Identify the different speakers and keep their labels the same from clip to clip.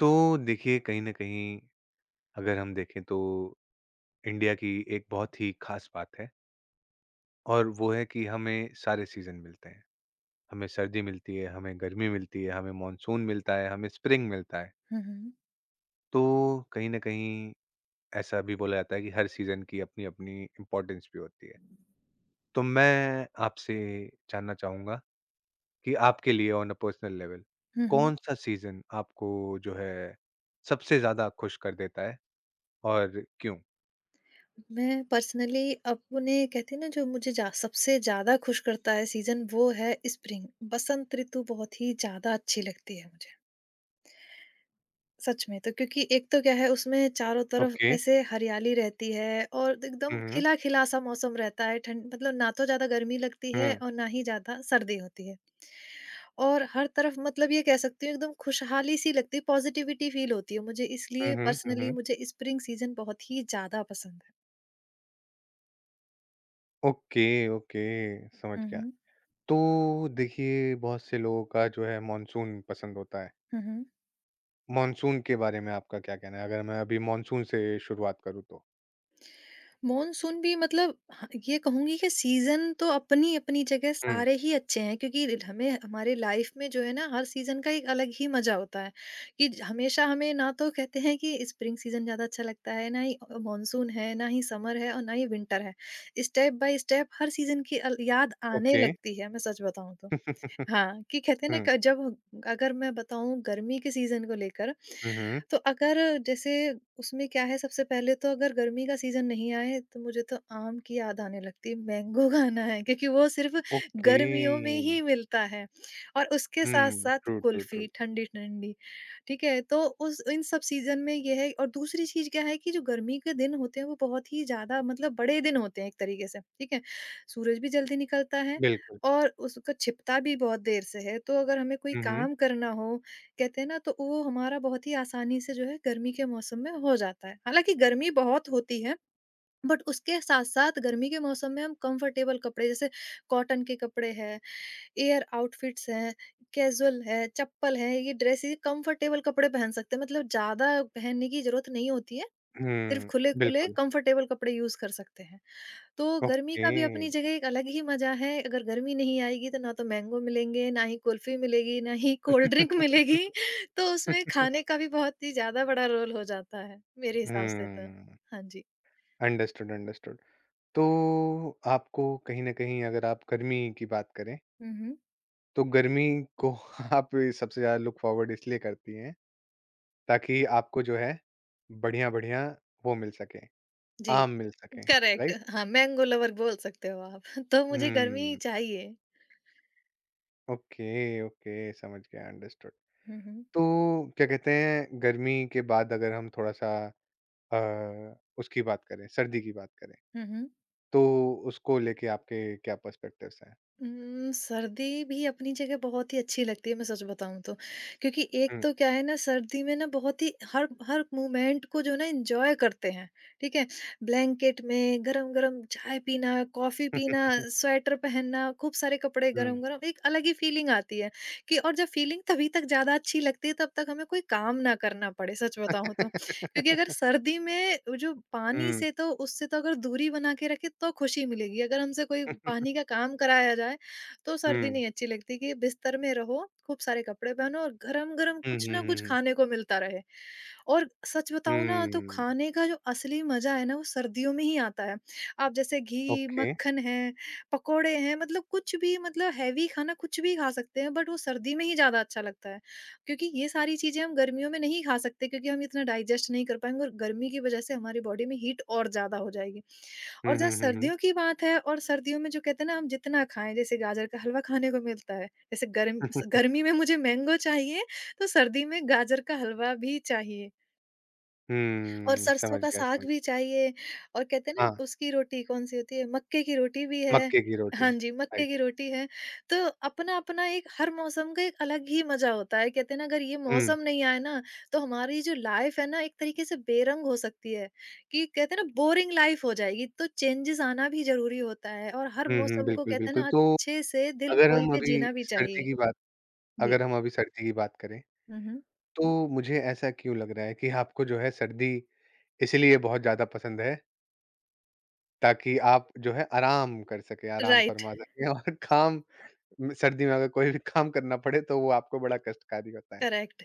Speaker 1: तो देखिए कहीं न कहीं अगर हम देखें तो इंडिया की एक बहुत ही ख़ास बात है और वो है कि हमें सारे सीज़न मिलते हैं। हमें सर्दी मिलती है, हमें गर्मी मिलती है, हमें मानसून मिलता है, हमें स्प्रिंग मिलता है।
Speaker 2: हुँ, हुँ।
Speaker 1: तो कहीं न कहीं ऐसा भी बोला जाता है कि हर सीज़न की अपनी-अपनी इम्पोर्टेंस भी होती है। तो मैं आपसे जानना चाहूँगा कि आपके लिए ऑन अ पर्सनल लेवल
Speaker 2: हुँ, हुँ।
Speaker 1: कौन-सा सीज़न आपको जो है सबसे ज़्यादा खुश कर देता है और क्यों?
Speaker 2: मैं पर्सनली अपने कहते हैं ना जो मुझे जा सबसे ज़्यादा खुश करता है सीज़न वो है स्प्रिंग। बसंत ऋतु बहुत ही ज़्यादा अच्छी लगती है मुझे, सच में तो, क्योंकि एक तो क्या है उसमें चारों तरफ
Speaker 1: ओके।
Speaker 2: ऐसे हरियाली रहती है और
Speaker 1: हुँ,
Speaker 2: एकदम
Speaker 1: हुँ।
Speaker 2: खिला-खिला सा मौसम रहता है। ठंड मतलब ना तो ज़्यादा गर्मी लगती है
Speaker 1: हुँ।
Speaker 2: और ना ही ज़्यादा सर्दी होती है। और हर तरफ मतलब ये कह सकती हूँ एकदम खुशहाली सी लगती है, पॉज़िटिविटी फ़ील होती है मुझे,
Speaker 1: हुँ,
Speaker 2: इसलिए
Speaker 1: हुँ, हुँ,
Speaker 2: पर्सनली
Speaker 1: हुँ।
Speaker 2: मुझे स्प्रिंग सीज़न बहुत ही ज़्यादा पसंद है।
Speaker 1: ओके, ओके, समझ
Speaker 2: हुँ,
Speaker 1: गया।
Speaker 2: हुँ।
Speaker 1: तो देखिए, बहुत से लोगों का जो है मानसून पसंद होता है।
Speaker 2: हुँ, हुँ।
Speaker 1: मानसून के बारे में आपका क्या कहना है? अगर मैं अभी मानसून से शुरुआत करूँ तो?
Speaker 2: मॉनसून भी मतलब हाँ, ये कहूँगी कि सीज़न तो अपनी-अपनी जगह
Speaker 1: हुँ,
Speaker 2: सारे ही अच्छे हैं, क्योंकि र हमें हमारे लाइफ़ में जो है ना हर सीज़न का एक अलग ही मज़ा होता है, कि ज हमेशा हमें ना तो कहते हैं कि स्प्रिंग सीज़न ज़्यादा अच्छा लगता है, ना ही मॉनसून है, ना ही समर है और ना ही विंटर है। स्टेप बाय स्टेप हर सीज़न की अल याद आने
Speaker 1: ओके।
Speaker 2: लगती है, मैं सच बताऊँ तो। हाँ, कि कहते हैं ना
Speaker 1: हुँ,
Speaker 2: क जब अगर मैं बताऊँ गर्मी के सीज़न को लेकर,
Speaker 1: हुँ, हुँ,
Speaker 2: तो अगर जैसे उसमें क्या है, सबसे पहले तो अगर गर्मी का सीज़न नहीं आए तो मुझे तो आम की याद आने लगती है, मैंगो खाना है क्योंकि वो सिर्फ़
Speaker 1: ओके।
Speaker 2: गर्मियों में ही मिलता है, और उसके
Speaker 1: हुँ,
Speaker 2: साथ-साथ
Speaker 1: ट्रू, ट्रू,
Speaker 2: कुल्फ़ी
Speaker 1: ट्रू।
Speaker 2: ठंडी-ठंडी, ठीक है? तो उस इन सब सीज़न में ये है, और दूसरी चीज़ क्या है कि जो गर्मी के दिन होते हैं वो बहुत ही ज़्यादा मतलब बड़े दिन होते हैं एक तरीके से, ठीक है? सूरज भी जल्दी निकलता है
Speaker 1: बिल्कुल।
Speaker 2: और उसका छिपता भी बहुत देर से है, तो अगर हमें कोई
Speaker 1: हुँ, हुँ,
Speaker 2: काम करना हो, कहते हैं ना, तो वो हमारा बहुत ही आसानी से जो है गर्मी के मौसम में हो जाता है। हालाँकि गर्मी बहुत होती है, बट उसके साथ-साथ गर्मी के मौसम में हम कम्फ़र्टेबल कपड़े, जैसे कॉटन के कपड़े हैं, एयर आउटफिट्स हैं, कैज़ुअल है, चप्पल है, ये ड्रेस ये कम्फ़र्टेबल कपड़े पहन सकते हैं। मतलब ज़्यादा पहनने की ज़रूरत नहीं होती है, सिर्फ़
Speaker 1: हुँ,
Speaker 2: खुले-खुले
Speaker 1: बिल्कुल,
Speaker 2: कम्फ़र्टेबल कपड़े यूज़ कर सकते हैं। तो गर्मी
Speaker 1: ओके।
Speaker 2: का भी अपनी जगह एक अलग ही मज़ा है, अगर गर्मी नहीं आएगी तो ना तो मैंगो मिलेंगे, ना ही कुल्फ़ी मिलेगी, ना ही कोल्ड ड्रिंक मिलेगी, तो उसमें खाने का भी बहुत ही ज़्यादा बड़ा रोल हो जाता है, मेरे हिसाब से तो।
Speaker 1: हुँ,
Speaker 2: हाँ जी।
Speaker 1: Understood, understood. तो आपको कहीं न कहीं अगर आप गर्मी की बात करें
Speaker 2: हुँ, हुँ।
Speaker 1: तो गर्मी को आप सबसे ज़्यादा लुक फॉरवर्ड इसलिए करती हैं ताकि आपको जो है बढ़िया-बढ़िया वो मिल सके,
Speaker 2: जी,
Speaker 1: आम मिल सके,
Speaker 2: करेक्ट,
Speaker 1: राइट?
Speaker 2: हाँ, मैंगो लवर बोल सकते हो आप। तो मुझे गर्मी
Speaker 1: हुँ,
Speaker 2: चाहिए।
Speaker 1: ओके, ओके समझ गया अंडरस्टूड।
Speaker 2: हुँ, हुँ।
Speaker 1: तो क्या कहते हैं गर्मी के बाद अगर हम थोड़ा-सा उसकी बात करें, सर्दी की बात करें,
Speaker 2: हुँ, हुँ।
Speaker 1: तो उसको लेके आपके क्या पर्सपेक्टिव्स हैं?
Speaker 2: सर्दी भी अपनी जगह बहुत ही अच्छी लगती है, मैं सच बताऊँ तो। क्योंकि एक
Speaker 1: हुँ,
Speaker 2: तो क्या है ना, सर्दी में ना बहुत ही हर हर मोमेंट को जो है ना एन्जॉय करते हैं, ठीक है? ब्लैंकेट में गरम-गरम चाय पीना, कॉफ़ी पीना, स्वेटर पहनना, खूब सारे कपड़े
Speaker 1: हुँ।
Speaker 2: गरम-गरम, एक अलग ही फ़ीलिंग आती है कि, और जब फ़ीलिंग तभी तक ज़्यादा अच्छी लगती है तब तक हमें कोई काम ना करना पड़े, सच बताऊँ तो। क्योंकि अगर सर्दी में वो जो
Speaker 1: हुँ,
Speaker 2: पानी
Speaker 1: हुँ,
Speaker 2: से, तो उससे तो अगर दूरी बना के रखे तो खुशी मिलेगी। अगर हमसे कोई पानी का काम कराया जाए तो सर्दी
Speaker 1: हुँ,
Speaker 2: नहीं अच्छी लगती, कि बिस्तर में रहो, खूब सारे कपड़े पहनो और गरम-गरम
Speaker 1: हुँ, हुँ,
Speaker 2: कुछ ना कुछ
Speaker 1: हुँ, हुँ,
Speaker 2: खाने को मिलता रहे। और सच बताऊँ ना तो खाने का जो असली मज़ा है ना वो सर्दियों में ही आता है। आप जैसे घी,
Speaker 1: ओके।
Speaker 2: मक्खन है, पकोड़े हैं, मतलब कुछ भी, मतलब हेवी खाना कुछ भी खा सकते हैं, बट वो सर्दी में ही ज़्यादा अच्छा लगता है। क्योंकि ये सारी चीज़ें हम गर्मियों में नहीं खा सकते, क्योंकि हम इतना डाइजेस्ट नहीं कर पाएँगे और गर्मी की वज़ह से हमारी बॉडी में हीट और ज़्यादा हो जाएगी।
Speaker 1: हुँ,
Speaker 2: और जहाँ
Speaker 1: हुँ, हुँ, हुँ।
Speaker 2: सर्दियों की बात है, और सर्दियों में जो कहते हैं ना हम जितना खाएँ, जैसे गाजर का हलवा खाने को मिलता है। जैसे गर्मी में मुझे मैंगो चाहिए, तो सर्दी में गाजर का हलवा भी चाहिए। और
Speaker 1: हुँ,
Speaker 2: सरसों
Speaker 1: समझ
Speaker 2: का
Speaker 1: गया, समझ
Speaker 2: साग भी
Speaker 1: गया।
Speaker 2: चाहिए, और कहते हैं
Speaker 1: हाँ,
Speaker 2: ना उसकी रोटी कौन-सी होती है, मक्के की रोटी भी है।
Speaker 1: मक्के की रोटी,
Speaker 2: हाँ जी, मक्के
Speaker 1: राइट।
Speaker 2: की रोटी है। तो अपना-अपना एक, हर मौसम का एक अलग ही मज़ा होता है। कहते हैं ना अगर ये
Speaker 1: हुँ,
Speaker 2: मौसम नहीं आए ना, तो हमारी जो लाइफ़ है ना एक तरीके से बेरंग हो सकती है, कि कहते हैं ना बोरिंग लाइफ़ हो जाएगी। तो चेंजेस आना भी ज़रूरी होता है, और हर
Speaker 1: हुँ, हुँ,
Speaker 2: मौसम को
Speaker 1: बिल्कुल,
Speaker 2: कहते हैं
Speaker 1: बिल्कुल।
Speaker 2: ना
Speaker 1: तो
Speaker 2: अच्छे से दिल
Speaker 1: अगर
Speaker 2: खोल
Speaker 1: हम
Speaker 2: के
Speaker 1: अभी
Speaker 2: जीना भी
Speaker 1: सर्दी
Speaker 2: चाहिए।
Speaker 1: की बात
Speaker 2: जी।
Speaker 1: अगर हम अभी सर्दी की बात करें,
Speaker 2: हुँ, हुँ।
Speaker 1: तो मुझे ऐसा क्यों लग रहा है कि आपको जो है सर्दी इसलिए बहुत ज़्यादा पसंद है, ताकि आप जो है आराम कर सकें, आराम
Speaker 2: राइट,
Speaker 1: फरमा सकें और काम म सर्दी में अगर कोई भी काम करना पड़े, तो वो आपको बड़ा कष्टकारी होता है।
Speaker 2: करेक्ट।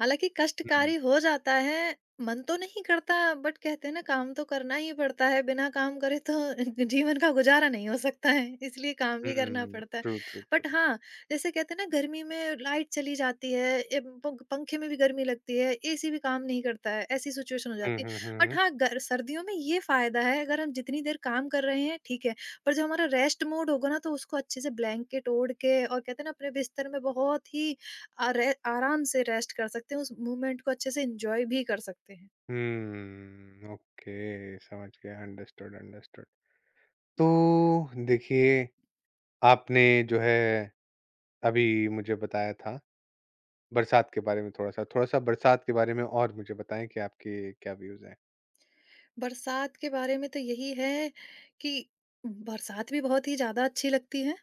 Speaker 2: हालाँकि
Speaker 1: हुँ,
Speaker 2: कष्टकारी हो जाता है, मन तो नहीं करता, बट कहते हैं ना काम तो करना ही पड़ता है, बिना काम करे तो जीवन का गुज़ारा नहीं हो सकता है, इसलिए काम भी करना
Speaker 1: हुँ,
Speaker 2: पड़ता है।
Speaker 1: True, true, true.
Speaker 2: बट हाँ, जैसे कहते हैं ना गर्मी में लाइट चली जाती है, ए पंख पंखे में भी गर्मी लगती है, एसी भी काम नहीं करता है, ऐसी सिचुएशन हो
Speaker 1: हुँ,
Speaker 2: जाती है।
Speaker 1: हुँ, हुँ,
Speaker 2: बट
Speaker 1: हुँ।
Speaker 2: हाँ, गर सर्दियों में ये फ़ायदा है, अगर हम जितनी देर काम कर रहे हैं ठीक है, पर जब हमारा रेस्ट मोड होगा ना तो उसको अच्छे से ब्लैंकेट ओढ़ के, और कहते हैं ना अपने बिस्तर में बहुत ही, अरे आराम से रेस्ट कर सकते हैं, उस मोमेंट को अच्छे से एंजॉय भी कर सकते हैं।
Speaker 1: हुँ, ओके, समझ गया, अंडरस्टूड, अंडरस्टूड। तो देखिए, आपने जो है अभी मुझे बताया था बरसात के बारे में थोड़ा-सा, थोड़ा-सा बरसात के बारे में और मुझे बताएँ कि आपके क्या व्यूज़ हैं?
Speaker 2: बरसात के बारे में तो यही है कि बरसात भी बहुत ही ज़्यादा अच्छी लगती है,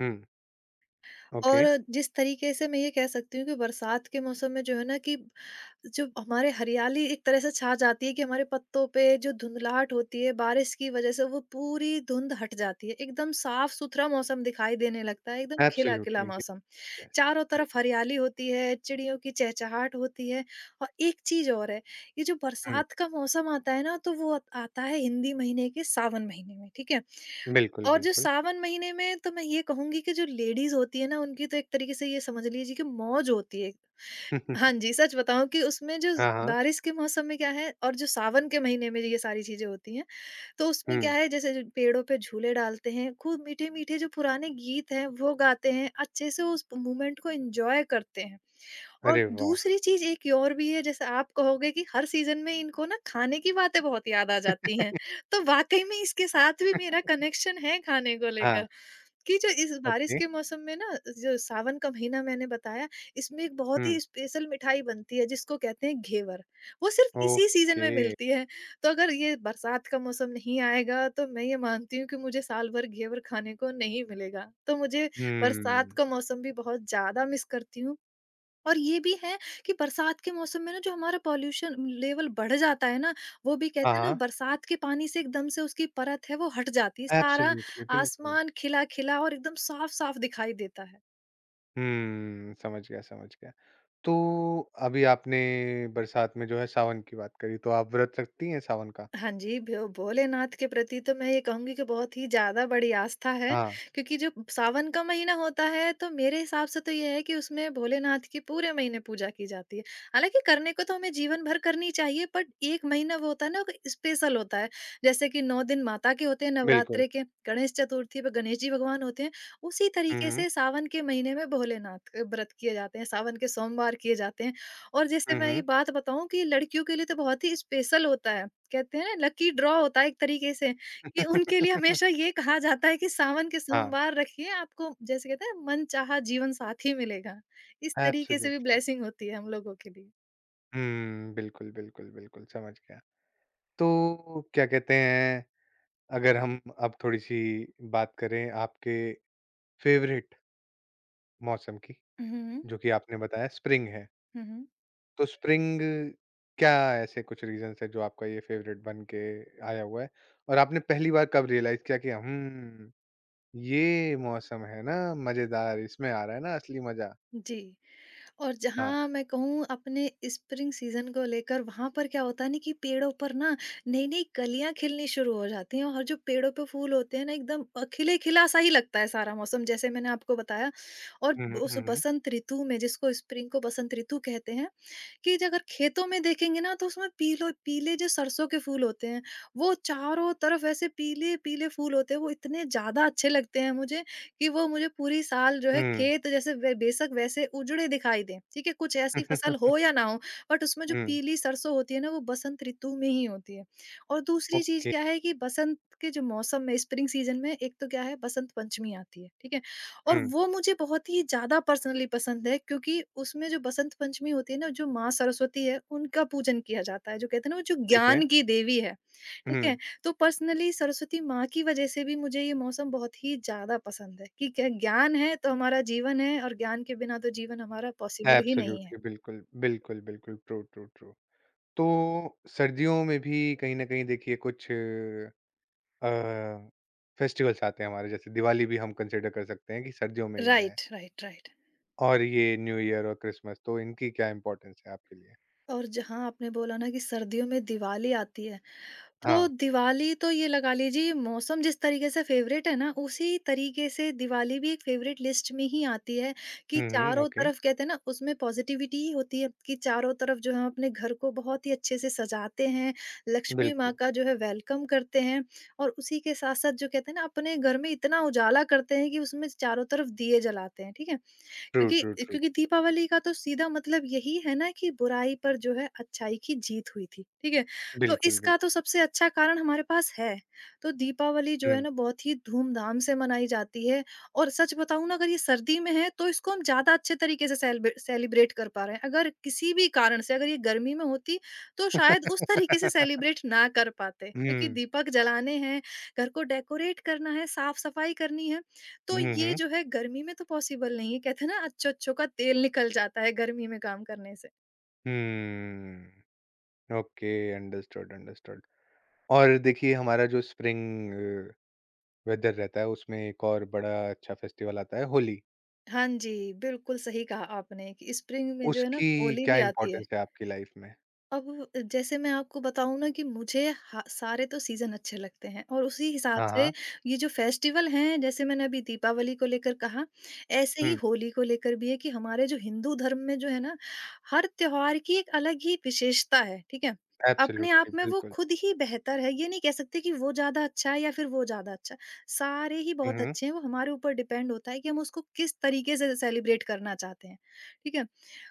Speaker 1: हुँ, ओके,
Speaker 2: और जिस तरीके से मैं ये कह सकती हूँ कि बरसात के मौसम में जो है ना, कि जो हमारे हरियाली एक तरह से छा जाती है, कि हमारे पत्तों पे जो धुंधलाहट होती है बारिश की वजह से वो पूरी धुंध हट जाती है, एकदम साफ सुथरा मौसम दिखाई देने लगता है, एकदम खिला खिला
Speaker 1: एब्सोल्युटली,
Speaker 2: मौसम,
Speaker 1: यस, यस,
Speaker 2: चारों
Speaker 1: यस,
Speaker 2: तरफ हरियाली होती है, चिड़ियों की चहचहाट होती है। और एक चीज और है, ये जो
Speaker 1: हुँ,
Speaker 2: बरसात का मौसम आता है ना, तो वो आता है हिंदी महीने के सावन महीने में, ठीक है?
Speaker 1: बिल्कुल,
Speaker 2: और जो
Speaker 1: बिल्कुल।
Speaker 2: सावन महीने में, तो मैं ये कहूंगी कि जो लेडीज होती है ना, उनकी तो एक तरीके से ये समझ लीजिए कि मौज होती है। हाँ जी, सच बताऊँ कि उसमें जो
Speaker 1: हाँ, हाँ,
Speaker 2: बारिश के मौसम में क्या है, और जो सावन के महीने में ये सारी चीज़ें होती हैं, तो उसमें क्या
Speaker 1: हुँ,
Speaker 2: है, जैसे जो पेड़ों पे झूले डालते हैं, खूब मीठे-मीठे जो पुराने गीत हैं वो गाते हैं, अच्छे से उस मोमेंट को एन्जॉय करते हैं। और
Speaker 1: अरे वाह!
Speaker 2: दूसरी चीज़ एक और भी है, जैसे आप कहोगे कि हर सीज़न में इनको ना खाने की बातें बहुत याद आ जाती हैं, तो वाक़ई में इसके साथ भी मेरा कनेक्शन है खाने को
Speaker 1: हाँ,
Speaker 2: लेकर। कि जो इस बारिश
Speaker 1: ओके,
Speaker 2: के मौसम में ना, जो सावन का महीना मैंने बताया, इसमें एक बहुत
Speaker 1: हुँ,
Speaker 2: ही स्पेशल मिठाई बनती है, जिसको कहते हैं घेवर। वो सिर्फ़ इसी सीज़न
Speaker 1: ओके,
Speaker 2: में मिलती है। तो अगर ये बरसात का मौसम नहीं आएगा, तो मैं ये मानती हूँ कि मुझे साल भर घेवर खाने को नहीं मिलेगा। तो मुझे बरसात
Speaker 1: हुँ,
Speaker 2: का मौसम भी बहुत ज़्यादा मिस करती हूँ, और ये भी है कि बरसात के मौसम में ना जो हमारा पॉल्यूशन लेवल बढ़ जाता है ना, वो भी
Speaker 1: हाँ,
Speaker 2: कहते हैं ना
Speaker 1: हाँ,
Speaker 2: बरसात के पानी से एकदम से उसकी परत है वो हट जाती है। सारा
Speaker 1: एब्सोल्युटली, बिल्कुल।
Speaker 2: आसमान खिला-खिला और एकदम साफ-साफ दिखाई देता है।
Speaker 1: हुँ, समझ गया, समझ गया। तो अभी आपने बरसात में जो है सावन की बात करी, तो आप व्रत रखती हैं सावन का?
Speaker 2: हाँ जी, भो भोलेनाथ के प्रति तो मैं ये कहूँगी कि बहुत ही ज़्यादा बड़ी आस्था है,
Speaker 1: हाँ,
Speaker 2: क्योंकि जो सावन का महीना होता है, तो मेरे हिसाब से तो ये है कि उसमें भोलेनाथ की पूरे महीने पूजा की जाती है। हालाँकि करने को तो हमें जीवन भर करनी चाहिए, बट 1 महीना वो होता है ना, कि स्पेशल होता है। जैसे कि 9 दिन माता के होते हैं
Speaker 1: बिल्कुल।
Speaker 2: नवरात्रे के, गणेश चतुर्थी पे गणेश जी भगवान होते हैं, उसी
Speaker 1: हुँ,
Speaker 2: तरीके
Speaker 1: हुँ।
Speaker 2: से सावन के महीने में भोलेनाथ के व्रत किए जाते हैं, सावन के सोमवार किए जाते हैं। और जैसे
Speaker 1: हुँ,
Speaker 2: मैं ये
Speaker 1: हुँ।
Speaker 2: बात बताऊँ कि लड़कियों के लिए तो बहुत ही स्पेशल होता है। कहते हैं ना लकी ड्रॉ होता है एक तरीके से, कि उनके लिए हमेशा ये कहा जाता है कि सावन के
Speaker 1: हाँ,
Speaker 2: सोमवार रखिए, आपको जैसे कहते हैं मनचाहा जीवन साथी मिलेगा। इस तरीके से भी
Speaker 1: एब्सोल्युटली।
Speaker 2: ब्लेसिंग होती है हम लोगों के लिए।
Speaker 1: हुँ, बिल्कुल, बिल्कुल, बिल्कुल, समझ गया। तो क्या कहते हैं, अगर हम अब थोड़ी-सी बात करें आपके फ़ेवरेट मौसम की,
Speaker 2: हुँ, हुँ।
Speaker 1: जो कि आपने बताया स्प्रिंग है।
Speaker 2: हुँ, हुँ।
Speaker 1: तो स्प्रिंग क्या ऐसे कुछ रीजंस है जो आपका ये फेवरेट बन के आया हुआ है? और आपने पहली बार कब रियलाइज़ किया कि ये मौसम है ना मज़ेदार, इसमें आ रहा है ना असली मज़ा?
Speaker 2: जी। और
Speaker 1: हाँ।
Speaker 2: जहाँ मैं कहूँ अपने स्प्रिंग सीजन को लेकर, वहां पर क्या होता है ना कि पेड़ों पर ना नई नई कलियां खिलनी शुरू हो जाती हैं, और जो पेड़ों पे फूल होते हैं ना, एकदम खिले खिला सा ही लगता है सारा मौसम, जैसे मैंने आपको बताया। और
Speaker 1: हुँ, हुँ,
Speaker 2: उस
Speaker 1: हुँ,
Speaker 2: बसंत ऋतु में, जिसको स्प्रिंग को बसंत ऋतु कहते हैं, कि ज अगर खेतों में देखेंगे ना तो उसमें पीलो पीले जो सरसों के फूल होते हैं, वो चारों तरफ ऐसे पीले-पीले फूल होते हैं, वो इतने ज़्यादा अच्छे लगते हैं मुझे, कि वो मुझे पूरी साल जो है
Speaker 1: हुँ।
Speaker 2: खेत जैसे बे बेशक वैसे उजड़े दिखाई दें, ठीक है? कुछ ऐसी
Speaker 1: हुँ।
Speaker 2: फसल हो या ना हो, बट उसमें जो
Speaker 1: हुँ,
Speaker 2: पीली सरसों होती है ना वो बसंत ऋतु में ही होती है। और दूसरी चीज़
Speaker 1: ओके।
Speaker 2: क्या है कि बसंत के जो मौसम में स्प्रिंग सीज़न में एक तो क्या है बसंत पंचमी आती है, ठीक है? और
Speaker 1: हुँ,
Speaker 2: वो मुझे बहुत ही ज़्यादा पर्सनली पसंद है क्योंकि उसमें जो बसंत पंचमी होती है ना, जो माँ सरस्वती है, उनका पूजन किया जाता है। जो कहते हैं ना, वो जो
Speaker 1: ठीक है।
Speaker 2: ज्ञान की देवी है,
Speaker 1: हुँ,
Speaker 2: ठीक है? तो पर्सनली सरस्वती माँ की वजह से भी मुझे ये मौसम बहुत ही ज़्यादा पसंद है कि क्या ज्ञान है तो हमारा जीवन है और ज्ञान के बिना तो जीवन हमारा पॉसिबल ही नहीं है।
Speaker 1: एब्सोल्युटली, बिल्कुल, बिल्कुल, बिल्कुल। True, true, true. तो सर्दियों में भी कहीं न कहीं देखिए कुछ अ, फेस्टिवल्स आते हैं हमारे जैसे दिवाली भी हम कंसिडर कर सकते हैं कि सर्दियों में ही आया है।
Speaker 2: Right, right, right.
Speaker 1: और ये न्यू ईयर और क्रिसमस तो इनकी क्या इम्पोर्टेंस है आपके लिए?
Speaker 2: और जहाँ आपने बोला ना कि सर्दियों में दिवाली आती है, तो
Speaker 1: हाँ।
Speaker 2: दिवाली तो ये लगा लीजिए, मौसम जिस तरीके से फेवरेट है ना, उसी तरीके से दिवाली भी एक फेवरेट लिस्ट में ही आती है कि
Speaker 1: हुँ, हुँ,
Speaker 2: चारों
Speaker 1: ओके।
Speaker 2: तरफ कहते हैं ना उसमें पॉजिटिविटी ही होती है, कि चारों तरफ जो है अपने घर को बहुत ही अच्छे से सजाते हैं, लक्ष्मी माँ
Speaker 1: बिल्कुल।
Speaker 2: का जो है वेलकम करते हैं और उसी के साथ-साथ जो कहते हैं ना अपने घर में इतना उजाला करते हैं कि उसमें चारों तरफ दिए जलाते हैं, ठीक है?
Speaker 1: ट्रू, ट्रू,
Speaker 2: क्योंकि
Speaker 1: ट्रू।
Speaker 2: क्योंकि दीपावली का तो सीधा मतलब यही है ना कि बुराई पर जो है अच्छाई की जीत हुई थी, ठीक है? तो
Speaker 1: बिल्कुल,
Speaker 2: इसका
Speaker 1: बिल्कुल।
Speaker 2: तो सबसे अच्छा कारण हमारे पास है। तो दीपावली जो है
Speaker 1: हुँ।
Speaker 2: ना बहुत ही धूमधाम से मनाई जाती है और सच बताऊँ ना, अगर ये सर्दी में है तो इसको हम ज़्यादा अच्छे तरीके से सेलिब्रेट कर पा रहे हैं। अगर किसी भी कारण से अगर ये गर्मी में होती तो शायद उस तरीके से सेलिब्रेट ना कर पाते, क्योंकि
Speaker 1: हुँ।
Speaker 2: दीपक जलाने हैं, घर को डेकोरेट करना है, साफ-सफाई करनी है। तो
Speaker 1: हुँ,
Speaker 2: ये
Speaker 1: हुँ।
Speaker 2: जो है गर्मी में तो पॉसिबल नहीं है, कहते हैं ना अच्छों-अच्छों का तेल निकल जाता है गर्मी में काम करने से।
Speaker 1: हुँ। Okay, understood, understood. और देखिए हमारा जो स्प्रिंग वेदर रहता है उसमें एक और बड़ा अच्छा फेस्टिवल आता है होली।
Speaker 2: हाँ जी, बिल्कुल सही कहा आपने कि स्प्रिंग में जो है ना
Speaker 1: उसकी
Speaker 2: होली
Speaker 1: क्या
Speaker 2: भी आती है।
Speaker 1: इम्पोर्टेंस है आपकी लाइफ में?
Speaker 2: अब जैसे मैं आपको बताऊँ ना कि मुझे हा सारे तो सीज़न अच्छे लगते हैं और उसी हिसाब
Speaker 1: हाँ,
Speaker 2: से
Speaker 1: हाँ।
Speaker 2: ये जो फेस्टिवल हैं, जैसे मैंने अभी दीपावली को लेकर कहा, ऐसे ही
Speaker 1: हुँ,
Speaker 2: होली को लेकर भी है कि हमारे जो हिंदू धर्म में जो है ना, हर त्योहार की एक अलग ही विशेषता है, ठीक है? अपने आप
Speaker 1: एब्सोल्युटली,
Speaker 2: में वो
Speaker 1: बिल्कुल।
Speaker 2: खुद ही बेहतर है, ये नहीं कह सकते कि वो ज़्यादा अच्छा है या फिर वो ज़्यादा अच्छा है। सारे ही
Speaker 1: हुँ,
Speaker 2: बहुत
Speaker 1: हुँ।
Speaker 2: अच्छे हैं, वो हमारे ऊपर डिपेंड होता है कि हम उसको किस तरीके से सेलिब्रेट करना चाहते हैं, ठीक है?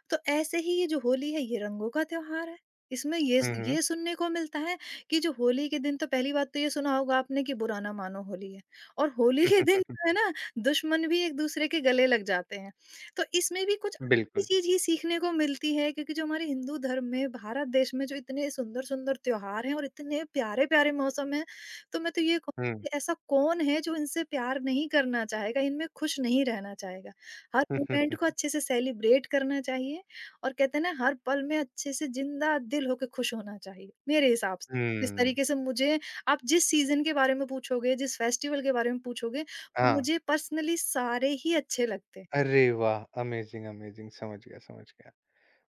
Speaker 2: तो ऐसे ही ये जो होली है, ये रंगों का त्योहार है। इसमें ये
Speaker 1: हुँ, हुँ।
Speaker 2: ये सुनने को मिलता है कि जो होली के दिन, तो पहली बात तो ये सुना होगा आपने कि बुरा ना मानो होली है, और होली के दिन जो है ना दुश्मन भी एक दूसरे के गले लग जाते हैं। तो इसमें भी कुछ अच्छी
Speaker 1: बिल्कुल।
Speaker 2: चीज़ ही सीखने को मिलती है, क्योंकि जो हमारे हिंदू धर्म में, भारत देश में जो इतने सुंदर-सुंदर त्योहार हैं और इतने प्यारे-प्यारे मौसम हैं, तो मैं तो ये
Speaker 1: हुँ।
Speaker 2: कहूँगी, ऐसा कौन है जो इनसे प्यार नहीं करना चाहेगा, इनमें खुश नहीं रहना चाहेगा? हर
Speaker 1: हुँ, हुँ,
Speaker 2: मोमेंट
Speaker 1: हुँ।
Speaker 2: को अच्छे से सेलिब्रेट करना चाहिए और कहते हैं ना हर पल में अच्छे से जिंदा दिल होके खुश होना चाहिए। मेरे हिसाब से जिस
Speaker 1: हुँ।
Speaker 2: तरीके से मुझे, आप जिस सीजन के बारे में पूछोगे, जिस फेस्टिवल के बारे में पूछोगे,
Speaker 1: हाँ।
Speaker 2: मुझे पर्सनली सारे ही अच्छे लगते हैं।
Speaker 1: अरे वाह! अमेज़िंग, अमेज़िंग समझ गया, समझ गया।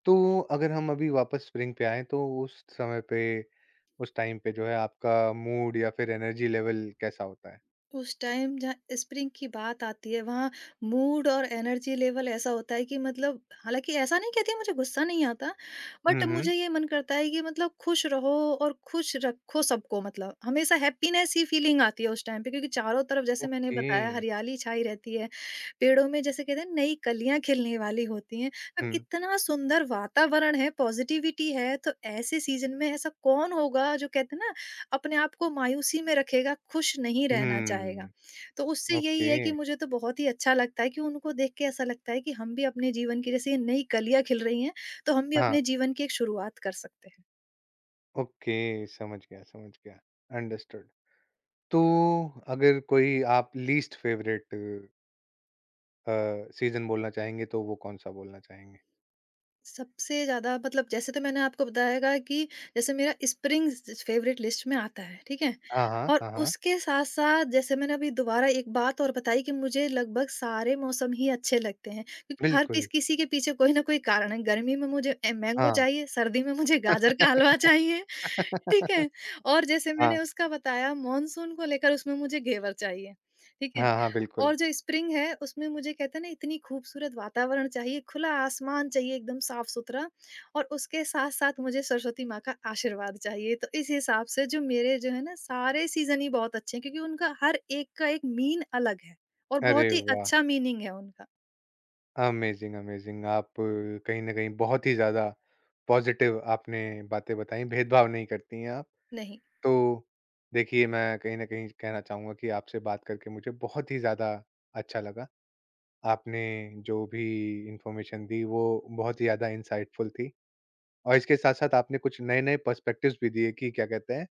Speaker 1: तो अगर हम अभी वापस स्प्रिंग पे आएँ तो उस समय पे, उस टाइम पे जो है आपका मूड या फिर एनर्जी लेवल कैसा होता है?
Speaker 2: उस टाइम जहाँ स्प्रिंग की बात आती है, वहाँ मूड और एनर्जी लेवल ऐसा होता है कि मतलब, हालाँकि ऐसा नहीं कहती मुझे गुस्सा नहीं आता,
Speaker 1: हुँ,
Speaker 2: बट
Speaker 1: हुँ।
Speaker 2: मुझे ये मन करता है कि मतलब खुश रहो और खुश रखो सबको। मतलब, हमेशा हैप्पीनेस ही फीलिंग आती है उस टाइम पे, क्योंकि चारों तरफ जैसे मैंने
Speaker 1: ओके।
Speaker 2: बताया हरियाली छाई रहती है, पेड़ों में जैसे कहते हैं नई कलियाँ खिलने वाली होती हैं। अब
Speaker 1: हुँ।
Speaker 2: इतना सुंदर वातावरण है, पॉज़िटिविटी है, तो ऐसे सीज़न में ऐसा कौन होगा जो कहते हैं ना अपने आप को मायूसी में रखेगा, खुश नहीं रहना
Speaker 1: हुँ।
Speaker 2: चाहेगा। तो उससे
Speaker 1: ओके।
Speaker 2: यही है कि मुझे तो बहुत ही अच्छा लगता है कि उनको देख के ऐसा लगता है कि हम भी अपने जीवन की, जैसे ये नई कलियाँ खिल रही हैं, तो हम भी
Speaker 1: हाँ,
Speaker 2: अपने जीवन की एक शुरुआत कर सकते हैं।
Speaker 1: ओके समझ गया, समझ गया। अंडरस्टूड। तो अगर कोई आप लीस्ट फेवरेट अ, सीज़न बोलना चाहेंगे तो वो कौन-सा बोलना चाहेंगे?
Speaker 2: सबसे ज़्यादा मतलब जैसे तो मैंने आपको बताया कि जैसे मेरा स्प्रिंग फेवरेट लिस्ट में आता है, ठीक है?
Speaker 1: हाँ, हाँ।
Speaker 2: और
Speaker 1: हाँ, हाँ।
Speaker 2: उसके साथ-साथ जैसे मैंने अभी दोबारा एक बात और बताई कि मुझे लगभग सारे मौसम ही अच्छे लगते हैं, क्योंकि हर
Speaker 1: बिल्कुल।
Speaker 2: पिस किसी के पीछे कोई ना कोई कारण है। गर्मी में मुझे ए मैंगो
Speaker 1: हाँ।
Speaker 2: चाहिए, सर्दी में मुझे गाजर का हलवा चाहिए। ठीक है? और जैसे मैंने
Speaker 1: हाँ।
Speaker 2: उसका बताया मानसून को लेकर उसमें मुझे घेवर चाहिए, ठीक है?
Speaker 1: हाँ, हाँ, बिल्कुल।
Speaker 2: और जो स्प्रिंग है उसमें मुझे कहते हैं ना इतनी खूबसूरत वातावरण चाहिए, खुला आसमान चाहिए एकदम साफ-सुथरा, और उसके साथ-साथ मुझे सरस्वती माँ का आशीर्वाद चाहिए। तो इस हिसाब से जो मेरे जो है ना सारे सीज़न ही बहुत अच्छे हैं, क्योंकि उनका हर एक का एक मीन अलग है और
Speaker 1: अरे
Speaker 2: बहुत ही
Speaker 1: वाह!
Speaker 2: अच्छा मीनिंग है उनका।
Speaker 1: Amazing, amazing. आप कहीं न कहीं बहुत ही ज़्यादा पॉज़िटिव आपने बातें बताई, भेदभाव नहीं करती हैं आप।
Speaker 2: नहीं।
Speaker 1: तो देखिए, मैं कहीं न कहीं कहना चाहूँगा कि आपसे बात करके मुझे बहुत ही ज़्यादा अच्छा लगा। आपने जो भी इन्फ़ॉर्मेशन दी, वो बहुत ही ज़्यादा इनसाइटफुल थी और इसके साथ-साथ आपने कुछ नए-नए पर्सपेक्टिव्स भी दिए कि क्या कहते हैं,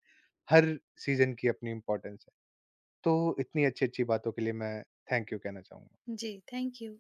Speaker 1: हर सीज़न की अपनी इम्पोर्टेंस है। तो इतनी अच्छी-अच्छी बातों के लिए मैं थैंक यू कहना चाहूँगा।
Speaker 2: जी, थैंक यू।